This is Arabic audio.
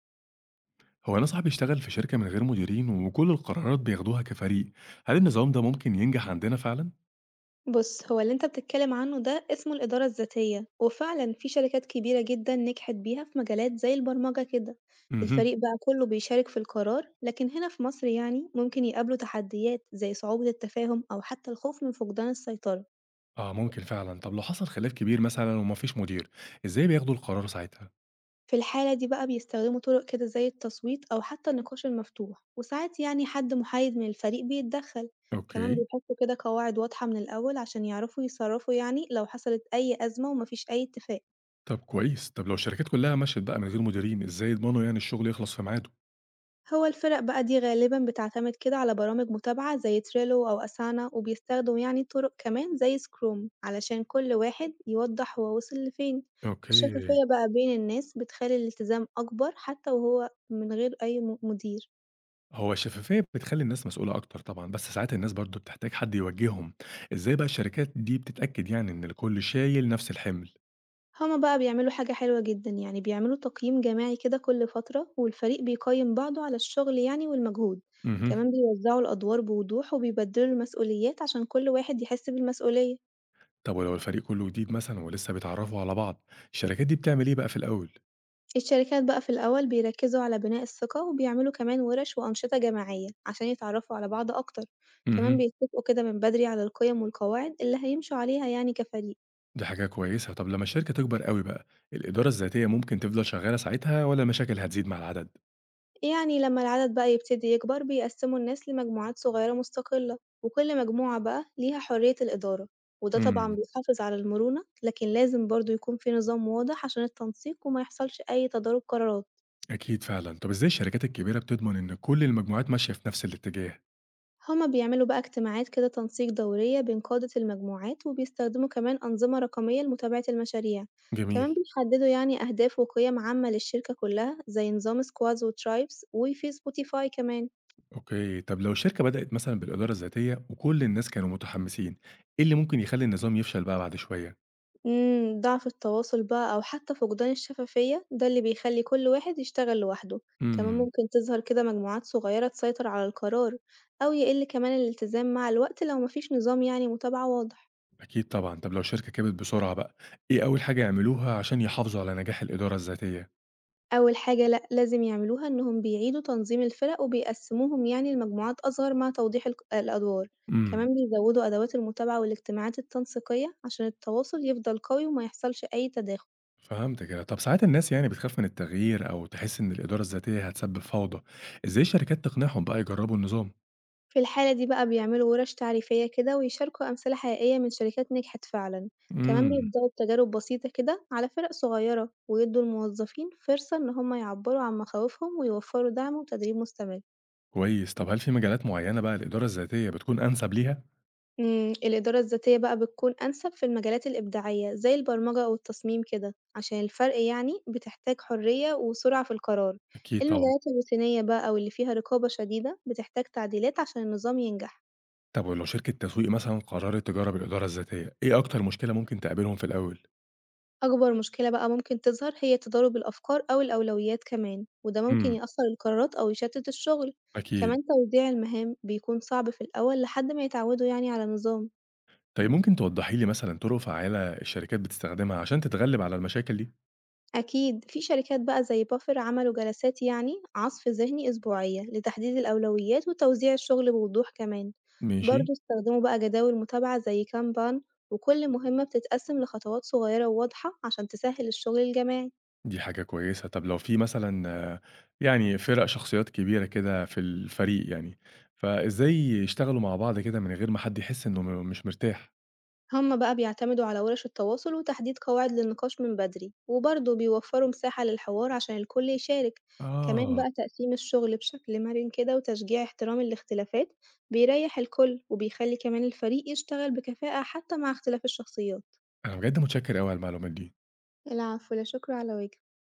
هو أنا صاحبي اشتغل في شركة من غير مديرين وكل القرارات بياخدوها كفريق، هل النظام ده ممكن ينجح عندنا فعلا؟ بُص، هو اللي أنت بتتكلم عنه ده اسمه الإدارة الذاتية، وفعلًا في شركات كبيرة جدًا نجحت بيها في مجالات زي البرمجة كده. اها. الفريق بقى كله بيشارك في القرار، لكن هنا في مصر يعني ممكن يقابلوا تحديات زي صعوبة التفاهم أو حتى الخوف من فقدان السيطرة. اه ممكن فعلا، طب لو حصل خلاف كبير مثلا ومفيش مدير، ازاي بياخدوا القرار ساعتها؟ في الحالة دي بقى بيستخدموا طرق كده زي التصويت أو حتى النقاش المفتوح، وساعات يعني حد محايد من الفريق بيتدخل. كمان اوكي. بيحطوا كده قواعد واضحة من الأول عشان يعرفوا يتصرفوا يعني لو حصلت أي أزمة ومفيش أي اتفاق. طب كويس، طب لو الشركات كلها مشت بقى من غير مديرين، ازاي يضمنوا يعني الشغل يخلص في ميعاده؟ هو الفرق بقى دي غالبًا بتعتمد كده على برامج متابعة زي تريلو أو أسانا، وبيستخدموا يعني طرق كمان زي سكروم علشان كل واحد يوضح هو وصل لفين. اوكي. الشفافية بقى بين الناس بتخلي الالتزام أكبر، حتى وهو من غير أي مدير، هو الشفافية بتخلي الناس مسؤولة أكتر طبعا بس ساعات الناس برضو بتحتاج حد يوجههم، ازاي بقى الشركات دي بتتأكد يعني إن الكل شايل نفس الحمل؟ هما بقى بيعملوا حاجة حلوة جدًا، يعني بيعملوا تقييم جماعي كده كل فترة، والفريق بيقيم بعضه على الشغل يعني والمجهود. اها. كمان بيوزعوا الأدوار بوضوح وبيبدلوا المسؤوليات عشان كل واحد يحس بالمسؤولية. طب ولو الفريق كله جديد مثلا ولسه بيتعرفوا على بعض، الشركات دي بتعمل ايه بقى في الاول؟ الشركات بقى في الأول بيركزوا على بناء الثقة، وبيعملوا كمان ورش وأنشطة جماعية عشان يتعرفوا على بعض أكتر. كمان امم. بيتفقوا كده من بدري على القيم والقواعد اللي هيمشوا عليها يعني كفريق. دي حاجه كويسه، طب لما الشركه تكبر قوي بقى الاداره الذاتيه ممكن تفضل شغاله ساعتها ولا المشاكل هتزيد مع العدد؟ يعني لما العدد بقى يبتدي يكبر، بيقسموا الناس لمجموعات صغيرة مستقلة، وكل مجموعة بقى ليها حرية الإدارة. وده طبعا امم. بيحافظ على المرونة، لكن لازم برضه يكون في نظام واضح عشان التنسيق وما يحصلش أي تضارب قرارات. اكيد فعلا، طب ازاي الشركات الكبيره بتضمن ان كل المجموعات ماشيه في نفس الاتجاه؟ هُم بيعملوا بقى اجتماعات كده تنسيق دورية بين قادة المجموعات، وبيستخدموا كمان أنظمة رقمية لمتابعة المشاريع. كمان جميل. بيحددوا يعني أهداف وقيم عامة للشركة كلها، زي نظام squads وtribes وفي spotify كمان. اوكي، طب لو الشركه بدات مثلا بالاداره الذاتيه وكل الناس كانوا متحمسين، ايه اللي ممكن يخلي النظام يفشل بقى بعد شويه؟ ضعف التواصل بقى أو حتى فقدان الشفافية ده اللي بيخلي كل واحد يشتغل لوحده. كمان امم. ممكن تظهر كده مجموعات صغيرة تسيطر على القرار، أو يقل كمان الالتزام مع الوقت لو مفيش نظام يعني متابعة واضح. اكيد طبعا، طب لو الشركه كبرت بسرعه بقى ايه اول حاجه يعملوها عشان يحافظوا على نجاح الاداره الذاتيه؟ أول حاجة لأ لازم يعملوها إنهم بيعيدوا تنظيم الفرق وبيقسموهم يعني لمجموعات أصغر، مع توضيح الأدوار، كمان إمم، بيزودوا أدوات المتابعة والاجتماعات التنسيقية عشان التواصل يفضل قوي وما يحصلش أي تداخل. فهمت كده. طب ساعات الناس يعني بتخاف من التغيير أو تحس إن الإدارة الذاتية هتسبب فوضى، إزاي الشركات تقنعهم بقى يجربوا النظام؟ في الحالة دي بقى بيعملوا ورش تعريفية كده، ويشاركوا أمثلة حقيقية من شركات نجحت فعلًا. كمان إمم، بيبدأوا بتجارب بسيطة كده على فرق صغيرة، ويدوا الموظفين فرصة إن هما يعبروا عن مخاوفهم، ويوفروا دعم وتدريب مستمر. كويس. طب هل في مجالات معينة بقى الإدارة الذاتية بتكون أنسب ليها؟ الإدارة الذاتية بقى بتكون أنسب في المجالات الإبداعية زي البرمجة أو التصميم كده، عشان الفرق يعني بتحتاج حرية وسرعة في القرار. أكيد طبعًا. المجالات الروتينية بقى واللي فيها رقابة شديدة بتحتاج تعديلات عشان النظام ينجح. طب ولو شركة تسويق مثلًا قررت تجرب الإدارة الذاتية، إيه أكتر مشكلة ممكن تقابلهم في الأول؟ أكبر مشكلة بقى ممكن تظهر هي تضارب الأفكار أو الأولويات كمان، وده ممكن إمم، يأثر القرارات أو يشتت الشغل. كمان أكيد. توزيع المهام بيكون صعب في الأول لحد ما يتعودوا يعني على نظام. طيب ممكن توضحي لي مثلًا طرق فعّالة الشركات بتستخدمها عشان تتغلب على المشاكل دي؟ أكيد في شركات بقى زي بافر عملوا جلسات يعني عصف ذهني أسبوعية لتحديد الأولويات وتوزيع الشغل بوضوح. كمان ماشي. برضه استخدموا بقى جداول متابعة زي كانبان، وكل مهمة بتتقسم لخطوات صغيرة وواضحة عشان تسهل الشغل الجماعي. دي حاجة كويسة. طب لو في مثلًا يعني فِرَق شخصيات كبيرة كده في الفريق يعني، فإزاي يشتغلوا مع بعض كده من غير ما حد يحس إنه مش مرتاح؟ هما بقى بيعتمدوا على ورش التواصل وتحديد قواعد للنقاش من بدري، وبرضه بيوفروا مساحة للحوار عشان الكل يشارك. كمان آه، بقى تقسيم الشغل بشكل مرن كده وتشجيع احترام الاختلافات بيريح الكل، وبيخلي كمان الفريق يشتغل بكفاءة حتى مع اختلاف الشخصيات. أنا بجد متشكر أوي على المعلومات دي. العفو، لا شكر على واجب.